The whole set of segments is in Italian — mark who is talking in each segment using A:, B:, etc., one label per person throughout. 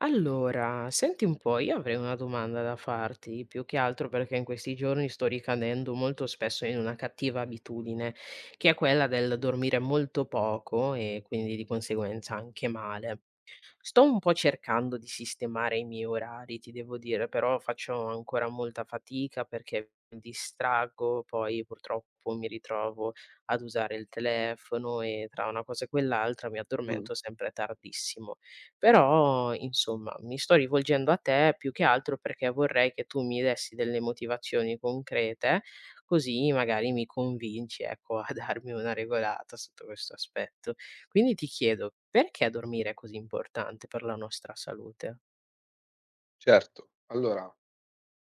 A: Allora, senti un po', io avrei una domanda da farti, più che altro perché in questi giorni sto ricadendo molto spesso in una cattiva abitudine, che è quella del dormire molto poco e quindi di conseguenza anche male. Sto un po' cercando di sistemare i miei orari, ti devo dire, però faccio ancora molta fatica perché mi distraggo, poi purtroppo mi ritrovo ad usare il telefono e tra una cosa e quell'altra mi
B: Mh,
A: addormento sempre tardissimo. Però, insomma, mi sto rivolgendo a te più che altro perché vorrei che tu mi dessi delle motivazioni concrete, così magari mi convinci, ecco, a darmi una regolata sotto questo aspetto. Quindi ti chiedo, perché dormire è così importante per la nostra salute?
B: certo. Allora,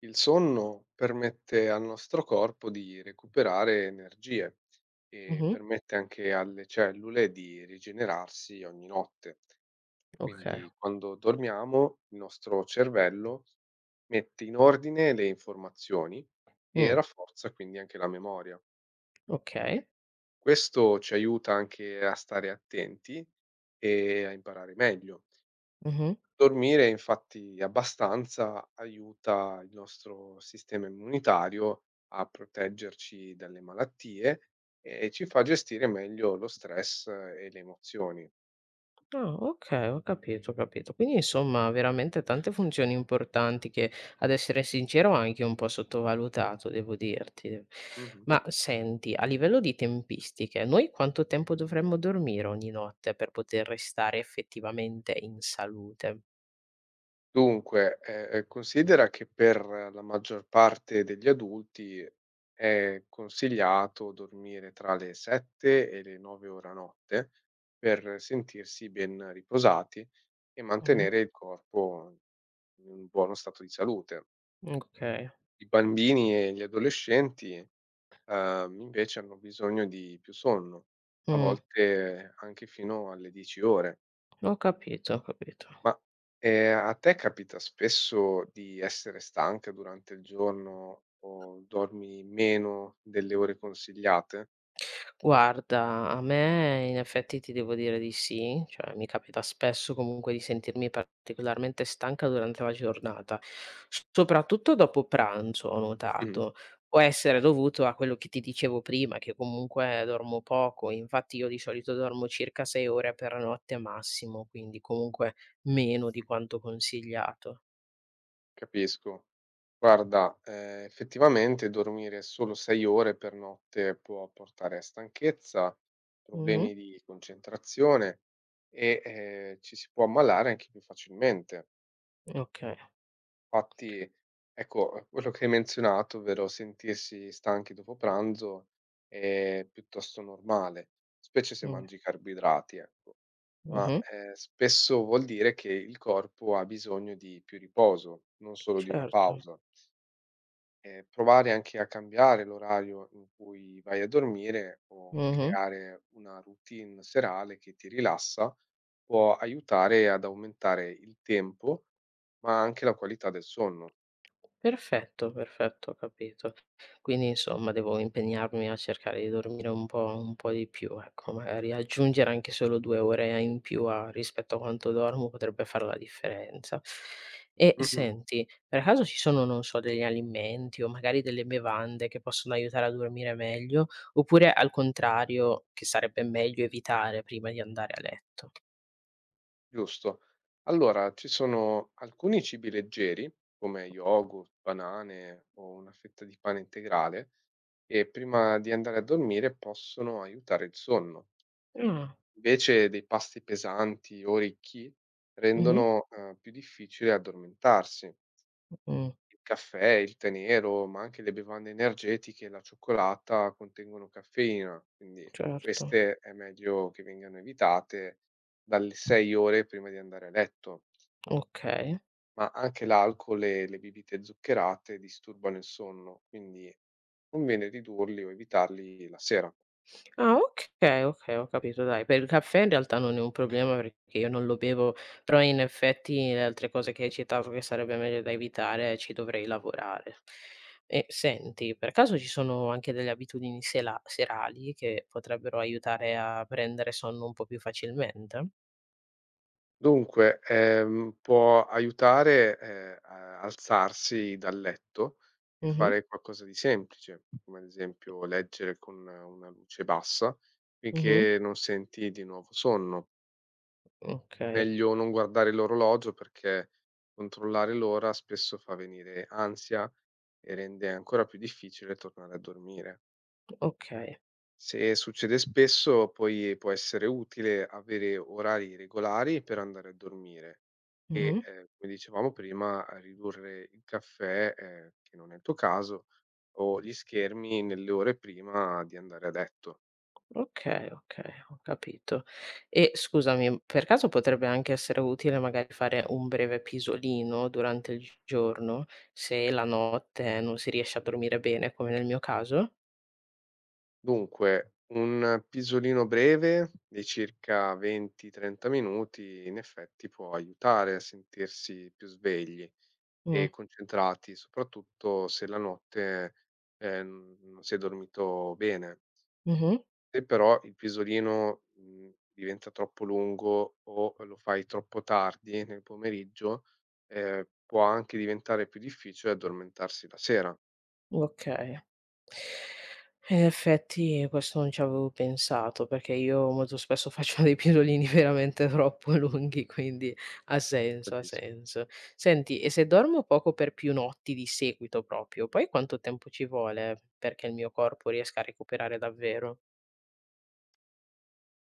B: il sonno permette al nostro corpo di recuperare energie e
A: Mh-mh,
B: permette anche alle cellule di rigenerarsi ogni notte.
A: okay.
B: Quindi
A: Vero.
B: quando dormiamo, il nostro cervello mette in ordine le informazioni e
A: Mh,
B: rafforza quindi anche la memoria.
A: okay.
B: Questo ci aiuta anche a stare attenti e a imparare meglio.
A: Mh-mh.
B: Dormire infatti abbastanza aiuta il nostro sistema immunitario a proteggerci dalle malattie e ci fa gestire meglio lo stress e le emozioni.
A: Ah, okay, ho capito, ho capito. Quindi insomma veramente tante funzioni importanti che, ad essere sincero, ho anche un po' sottovalutato, devo dirti.
B: Mh-mh.
A: Ma senti, a livello di tempistiche, noi quanto tempo dovremmo dormire ogni notte per poter restare effettivamente in salute?
B: Dunque, considera che per la maggior parte degli adulti è consigliato dormire tra le 7 e le 9 ore a notte per sentirsi ben riposati e
A: Mh-mh,
B: mantenere il corpo in un buono stato di salute.
A: okay.
B: I bambini e gli adolescenti, invece hanno bisogno di più sonno, a
A: Mh,
B: volte anche fino alle 10 ore.
A: ho capito, ho capito.
B: Ma, a te capita spesso di essere stanca durante il giorno o dormi meno delle ore consigliate?
A: Guarda, a me in effetti ti devo dire di sì, cioè mi capita spesso comunque di sentirmi particolarmente stanca durante la giornata, soprattutto dopo pranzo, ho
B: Mh-mh.
A: notato. Può essere dovuto a quello che ti dicevo prima, che comunque dormo poco, infatti io di solito dormo circa 6 ore per notte massimo, quindi comunque meno di quanto consigliato.
B: Capisco. Guarda, effettivamente dormire solo 6 ore per notte può portare a stanchezza,
A: Mhm,
B: problemi di concentrazione e, ci si può ammalare anche più facilmente.
A: ok,
B: Infatti, ecco, quello che hai menzionato, ovvero sentirsi stanchi dopo pranzo, è piuttosto normale, specie se
A: mm,
B: mangi carboidrati, ecco. Ma,
A: mhm,
B: spesso vuol dire che il corpo ha bisogno di più riposo, non solo di una
A: certo.
B: pausa. Provare anche a cambiare l'orario in cui vai a dormire o
A: Mhm.
B: creare una routine serale che ti rilassa, può aiutare ad aumentare il tempo, ma anche la qualità del sonno.
A: Perfetto, perfetto, ho capito. Quindi insomma devo impegnarmi a cercare di dormire un po' di più, ecco, magari aggiungere anche solo 2 ore in più a rispetto a quanto dormo potrebbe far la differenza. E
B: Mh-mh,
A: senti, per caso ci sono, non so, degli alimenti o magari delle bevande che possono aiutare a dormire meglio, oppure al contrario che sarebbe meglio evitare prima di andare a letto?
B: giusto. Allora ci sono alcuni cibi leggeri, come yogurt, banane o una fetta di pane integrale, che prima di andare a dormire possono aiutare il sonno.
A: Ah,
B: Invece dei pasti pesanti o ricchi
A: mh-mh,
B: rendono, più difficile addormentarsi.
A: mh,
B: Il caffè, il tè nero, ma anche le bevande energetiche e la cioccolata contengono caffeina, quindi
A: certo,
B: queste è meglio che vengano evitate dalle 6 ore prima di andare a letto.
A: okay.
B: Ma anche l'alcol e le bibite zuccherate disturbano il sonno, quindi conviene ridurli o evitarli la sera.
A: Ah, okay, okay, ho capito dai. Per il caffè in realtà non è un problema perché io non lo bevo, però in effetti le altre cose che hai citato che sarebbe meglio da evitare ci dovrei lavorare. E senti, per caso ci sono anche delle abitudini sela serali che potrebbero aiutare a prendere sonno un po' più facilmente?
B: Dunque, può aiutare, a alzarsi dal letto e
A: Mh-mh,
B: fare qualcosa di semplice, come ad esempio leggere con una luce bassa
A: mh-mh,
B: finché non senti di nuovo sonno.
A: okay,
B: Meglio non guardare l'orologio perché controllare l'ora spesso fa venire ansia e rende ancora più difficile tornare a dormire.
A: okay,
B: Se succede spesso, poi può essere utile avere orari regolari per andare a dormire e,
A: mh-mh.
B: come dicevamo prima, a ridurre il caffè, che non è il tuo caso, o gli schermi nelle ore prima di andare a letto.
A: Okay, okay, ho capito. E scusami, per caso potrebbe anche essere utile magari fare un breve pisolino durante il giorno, se la notte non si riesce a dormire bene, come nel mio caso?
B: Dunque, un pisolino breve di circa 20-30 minuti in effetti può aiutare a sentirsi più svegli
A: Mh,
B: e concentrati, soprattutto se la notte, non si è dormito bene.
A: mh-mh.
B: Se però il pisolino, diventa troppo lungo o lo fai troppo tardi nel pomeriggio, può anche diventare più difficile addormentarsi la sera.
A: Okay. In effetti questo non ci avevo pensato, perché io molto spesso faccio dei pisolini veramente troppo lunghi, quindi ha senso, ha
B: Capisco.
A: senso. Senti, e se dormo poco per più notti di seguito proprio, poi quanto tempo ci vuole perché il mio corpo riesca a recuperare davvero?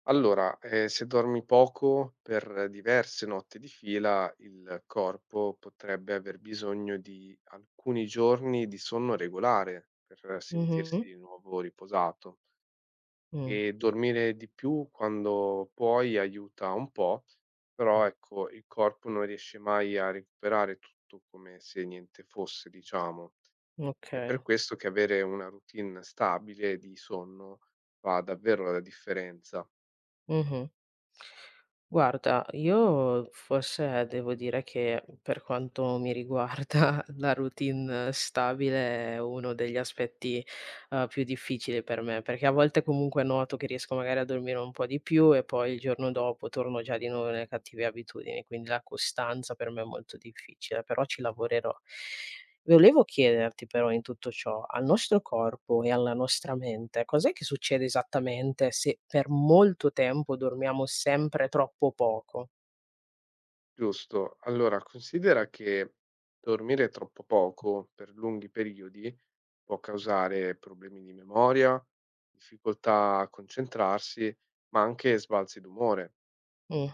B: Allora, se dormi poco per diverse notti di fila, il corpo potrebbe aver bisogno di alcuni giorni di sonno regolare per sentirsi
A: Mh-mh.
B: di nuovo riposato.
A: Mh,
B: E dormire di più quando puoi aiuta un po', però ecco, il corpo non riesce mai a recuperare tutto come se niente fosse, diciamo. È
A: okay.
B: per questo che avere una routine stabile di sonno fa davvero la differenza.
A: Mh-mh. Guarda, io forse devo dire che per quanto mi riguarda la routine stabile è uno degli aspetti più difficili per me, perché a volte comunque noto che riesco magari a dormire un po' di più e poi il giorno
B: Mh-mh.
A: dopo torno già di nuovo nelle cattive abitudini, quindi la costanza per me è molto difficile, però ci lavorerò. Volevo chiederti però in tutto ciò, al nostro corpo e alla nostra mente, cos'è che succede esattamente se per molto tempo dormiamo sempre troppo poco?
B: Giusto. Allora, considera che dormire troppo poco per lunghi periodi può causare problemi di memoria, difficoltà a concentrarsi, ma anche sbalzi d'umore.
A: Mh,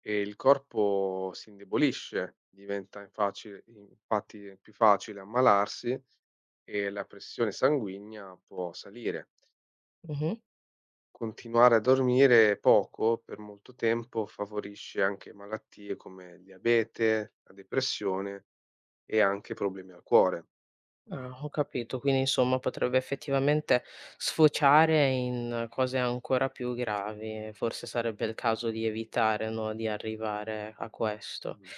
B: E il corpo si indebolisce, diventa infaci infatti più facile ammalarsi e la pressione sanguigna può salire.
A: mh-mh.
B: Continuare a dormire poco per molto tempo favorisce anche malattie come il diabete, la depressione e anche problemi al cuore.
A: Ah, ho capito, quindi insomma potrebbe effettivamente sfociare in cose ancora più gravi, forse sarebbe il caso di evitare, no, di arrivare a questo.
B: Mh.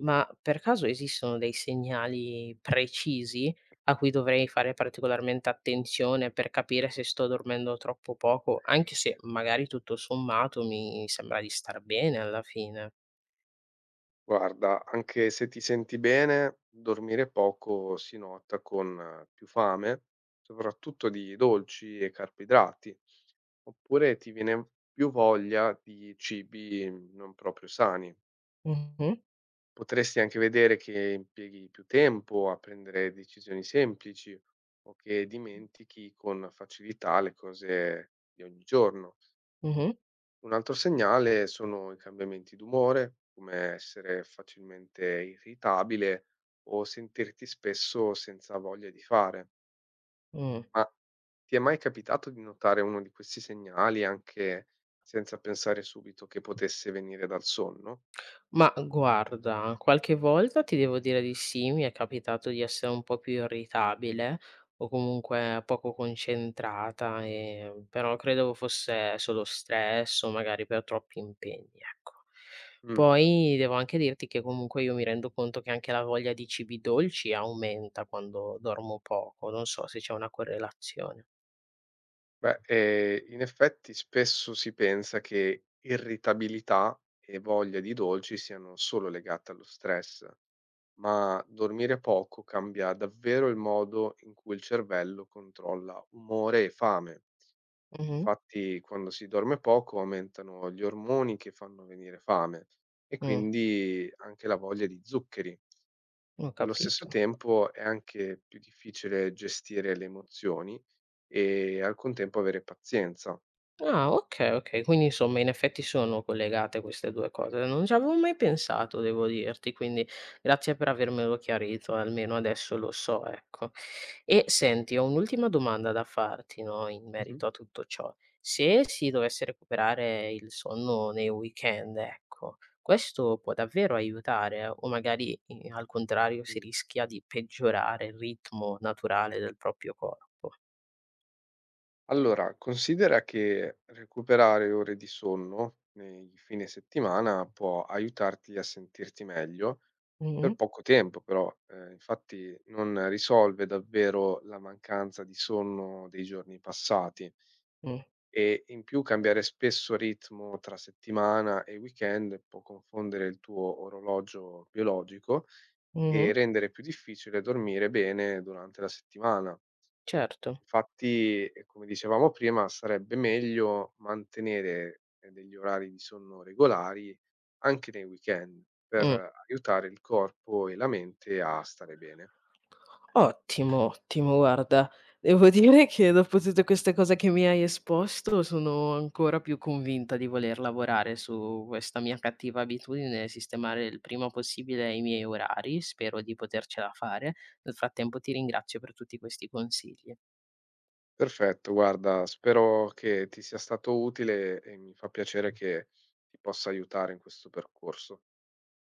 A: Ma per caso esistono dei segnali precisi a cui dovrei fare particolarmente attenzione per capire se sto dormendo troppo poco, anche se magari tutto sommato mi sembra di star bene alla fine?
B: Guarda, anche se ti senti bene, dormire poco si nota con più fame, soprattutto di dolci e carboidrati, oppure ti viene più voglia di cibi non proprio sani.
A: Mh-mh,
B: Potresti anche vedere che impieghi più tempo a prendere decisioni semplici o che dimentichi con facilità le cose di ogni giorno.
A: mh-mh,
B: Un altro segnale sono i cambiamenti d'umore, come essere facilmente irritabile o sentirti spesso senza voglia di fare.
A: mh.
B: Ma ti è mai capitato di notare uno di questi segnali anche senza pensare subito che potesse venire dal sonno?
A: Ma guarda, qualche volta ti devo dire di sì, mi è capitato di essere un po' più irritabile o comunque poco concentrata, però credevo fosse solo stress o magari per troppi impegni, ecco.
B: Mm.
A: Poi devo anche dirti che comunque io mi rendo conto che anche la voglia di cibi dolci aumenta quando dormo poco, non so se c'è una correlazione.
B: Beh, in effetti spesso si pensa che irritabilità e voglia di dolci siano solo legate allo stress, ma dormire poco cambia davvero il modo in cui il cervello controlla umore e fame.
A: Mhm,
B: Infatti, quando si dorme poco aumentano gli ormoni che fanno venire fame e
A: mm,
B: quindi anche la voglia di zuccheri.
A: ho
B: Allo stesso
A: capito.
B: tempo è anche più difficile gestire le emozioni e al contempo avere pazienza.
A: Ah, okay, okay. Quindi insomma in effetti sono collegate queste 2 cose. Non ci avevo mai pensato devo dirti, quindi grazie per avermelo chiarito, almeno adesso lo so, ecco. E senti, ho un'ultima domanda da farti, no, in merito a tutto ciò. Se si dovesse recuperare il sonno nei weekend, ecco, questo può davvero aiutare o magari i al contrario si
B: Mhm.
A: rischia di peggiorare il ritmo naturale del proprio corpo?
B: Allora, considera che recuperare ore di sonno nei fine settimana può aiutarti a sentirti meglio per
A: Mh-mh,
B: poco tempo, però infatti non risolve davvero la mancanza di sonno dei giorni passati
A: mh,
B: e in più cambiare spesso ritmo tra settimana e weekend può confondere il tuo orologio biologico
A: mh-mh,
B: e rendere più difficile dormire bene durante la settimana.
A: certo,
B: Infatti, come dicevamo prima, sarebbe meglio mantenere, degli orari di sonno regolari anche nei weekend, per
A: mh.
B: aiutare il corpo e la mente a stare bene.
A: Ottimo, ottimo, guarda, devo dire che dopo tutte queste cose che mi hai esposto sono ancora più convinta di voler lavorare su questa mia cattiva abitudine, e sistemare il prima possibile i miei orari, spero di potercela fare. Nel frattempo ti ringrazio per tutti questi consigli.
B: Perfetto, guarda, spero che ti sia stato utile e mi fa piacere che ti possa aiutare in questo percorso.